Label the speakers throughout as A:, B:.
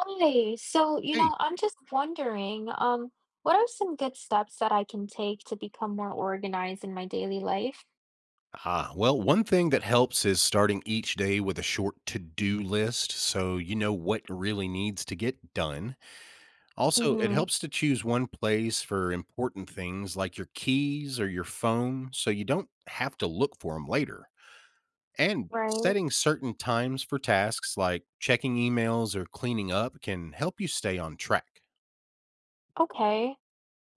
A: Hi. So, you
B: Hey.
A: know, I'm just wondering, um, what are some good steps that I can take to become more organized in my daily life?
B: Ah, well, one thing that helps is starting each day with a short to do list so you know what really needs to get done. Also, it
A: Mm-hmm.
B: helps to choose one place for important things like your keys or your phone so you don't have to look for them later. And
A: Right.
B: setting certain times for tasks like checking emails or cleaning up can help you stay on track.
A: Okay.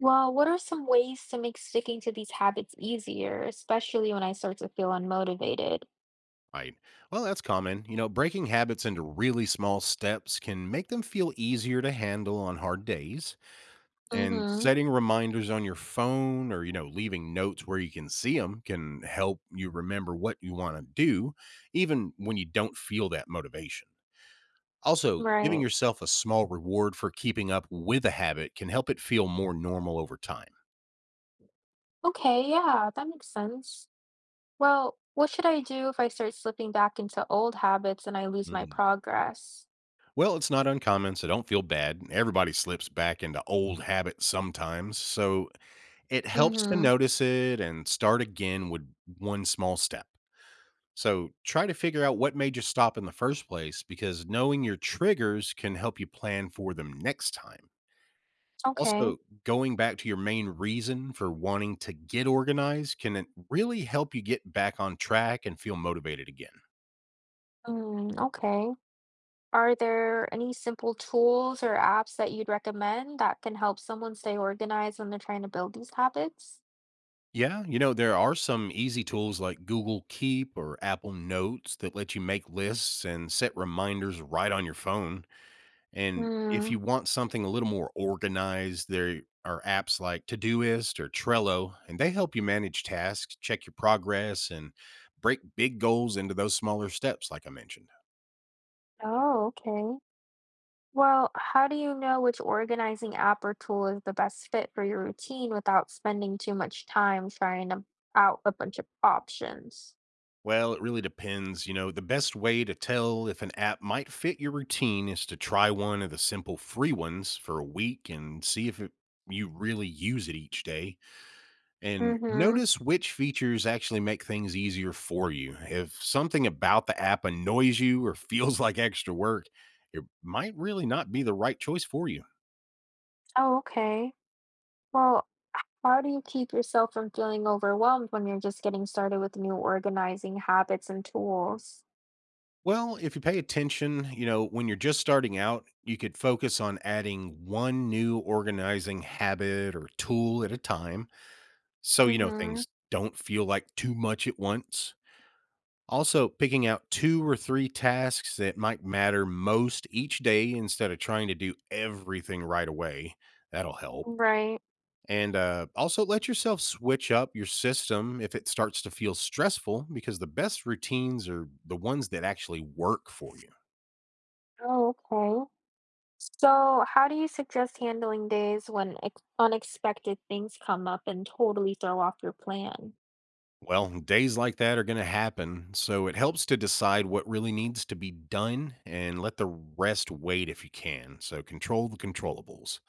A: Well, what are some ways to make sticking to these habits easier, especially when I start to feel unmotivated?
B: Right. Well, that's common. You know, breaking habits into really small steps can make them feel easier to handle on hard days. And
A: Mm-hmm.
B: setting reminders on your phone or, you know, leaving notes where you can see them can help you remember what you want to do, even when you don't feel that motivation. Also, giving
A: Right.
B: yourself a small reward for keeping up with a habit can help it feel more normal over time.
A: Okay, yeah, that makes sense. Well, what should I do if I start slipping back into old habits and I lose my
B: Mm.
A: progress?
B: Well, it's not uncommon, so don't feel bad. Everybody slips back into old habits sometimes. So it helps to
A: Mm-hmm.
B: notice it and start again with one small step. So try to figure out what made you stop in the first place, because knowing your triggers can help you plan for them next time.
A: Okay.
B: Also, going back to your main reason for wanting to get organized can it really help you get back on track and feel motivated again.
A: Mm, okay. Are there any simple tools or apps that you'd recommend that can help someone stay organized when they're trying to build these habits?
B: Yeah, you know, there are some easy tools like Google Keep or Apple Notes that let you make lists and set reminders right on your phone. And if
A: Hmm.
B: you want something a little more organized, there are apps like Todoist or Trello, and they help you manage tasks, check your progress, and break big goals into those smaller steps, like I mentioned.
A: Oh, okay. Well, how do you know which organizing app or tool is the best fit for your routine without spending too much time trying to out a bunch of options?
B: Well, it really depends. You know, the best way to tell if an app might fit your routine is to try one of the simple free ones for a week and see if it, you really use it each day. And
A: Mm-hmm.
B: notice which features actually make things easier for you. If something about the app annoys you or feels like extra work, it might really not be the right choice for you.
A: Oh, okay. Well, how do you keep yourself from feeling overwhelmed when you're just getting started with new organizing habits and tools?
B: Well, if you pay attention, you know, when you're just starting out, you could focus on adding one new organizing habit or tool at a time. So, you know,
A: Mm-hmm.
B: things don't feel like too much at once. Also, picking out two or three tasks that might matter most each day instead of trying to do everything right away. That'll help.
A: Right.
B: And also let yourself switch up your system if it starts to feel stressful, because the best routines are the ones that actually work for you.
A: Oh, okay. So, how do you suggest handling days when unexpected things come up and totally throw off your plan?
B: Well, days like that are going to happen, so it helps to decide what really needs to be done and let the rest wait if you can. So control the controllables.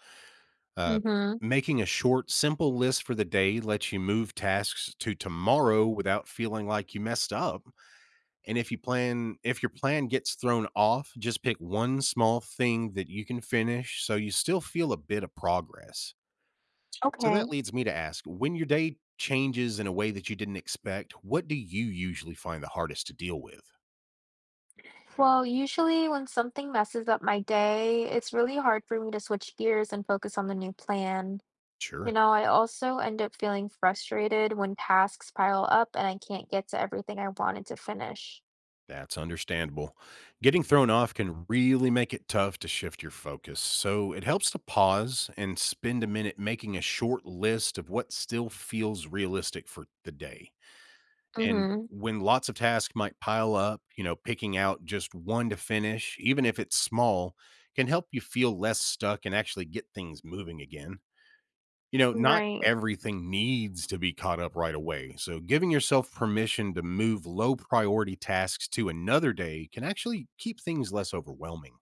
B: Uh,
A: Hmm.
B: Making a short, simple list for the day lets you move tasks to tomorrow without feeling like you messed up. And if you plan, if your plan gets thrown off, just pick one small thing that you can finish so you still feel a bit of progress. So that
A: Okay.
B: leads me to ask, when your day changes in a way that you didn't expect, what do you usually find the hardest to deal with?
A: Well, usually when something messes up my day, it's really hard for me to switch gears and focus on the new plan. You
B: Sure,
A: know, I also end up feeling frustrated when tasks pile up and I can't get to everything I wanted to finish.
B: that's understandable. Getting thrown off can really make it tough to shift your focus. So it helps to pause and spend a minute making a short list of what still feels realistic for the day. And
A: Hmm.
B: when lots of tasks might pile up, you know, picking out just one to finish, even if it's small, can help you feel less stuck and actually get things moving again. You know, not
A: Right.
B: everything needs to be caught up right away. So, giving yourself permission to move low priority tasks to another day can actually keep things less overwhelming.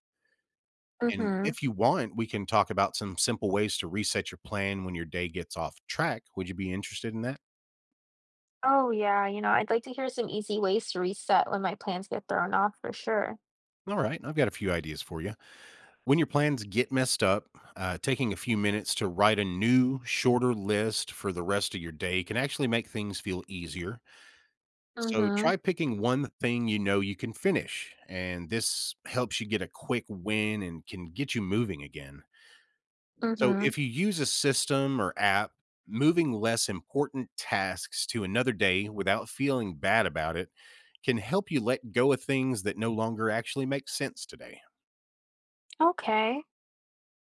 B: And
A: Hmm.
B: if you want, we can talk about some simple ways to reset your plan when your day gets off track. Would you be interested in that?
A: Oh, yeah. I'd like to hear some easy ways to reset when my plans get thrown off for sure.
B: All right, I've got a few ideas for you. When your plans get messed up, taking a few minutes to write a new, shorter list for the rest of your day can actually make things feel easier. So
A: Mhm,
B: try picking one thing you know you can finish, and this helps you get a quick win and can get you moving again. So
A: mhm.
B: if you use a system or app, moving less important tasks to another day without feeling bad about it can help you let go of things that no longer actually make sense today.
A: Okay.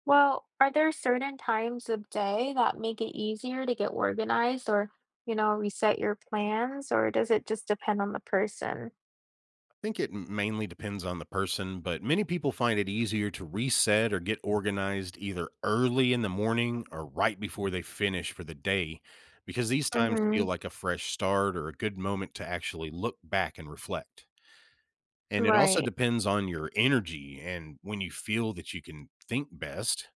A: Well, are there certain times of day that make it easier to get organized or, you know, reset your plans, or does it just depend on the person?
B: Think it mainly depends on the person, but many people find it easier to reset or get organized either early in the morning or right before they finish for the day, because these times
A: Mhm.
B: feel like a fresh start or a good moment to actually look back and reflect. And it also
A: Right.
B: depends on your energy and when you feel that you can think best.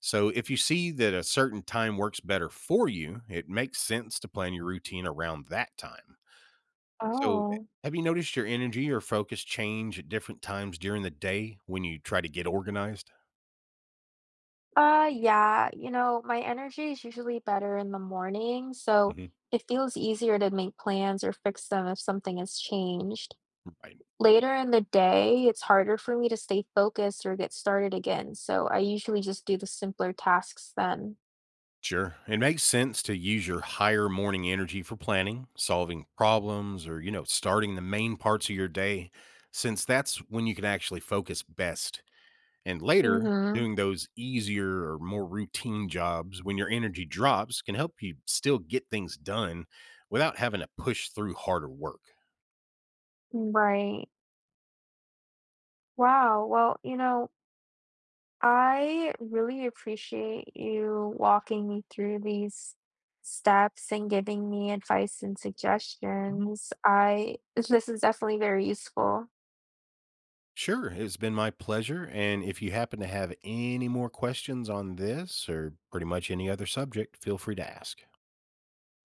B: So, if you see that a certain time works better for you, it makes sense to plan your routine around that time. So,
A: Oh.
B: have you noticed your energy or focus change at different times during the day when you try to get organized?
A: Yeah, you know, my energy is usually better in the morning, so
B: Mhm.
A: it feels easier to make plans or fix them if something has changed.
B: Right.
A: Later in the day, it's harder for me to stay focused or get started again, so I usually just do the simpler tasks then.
B: Sure. It makes sense to use your higher morning energy for planning, solving problems, or, you know, starting the main parts of your day, since that's when you can actually focus best. And later,
A: Mhm.
B: doing those easier or more routine jobs when your energy drops can help you still get things done without having to push through harder work.
A: Right. Wow. Well, you know, I really appreciate you walking me through these steps and giving me advice and suggestions. I this is definitely very useful.
B: Sure, it's been my pleasure. And if you happen to have any more questions on this or pretty much any other subject, feel free to ask.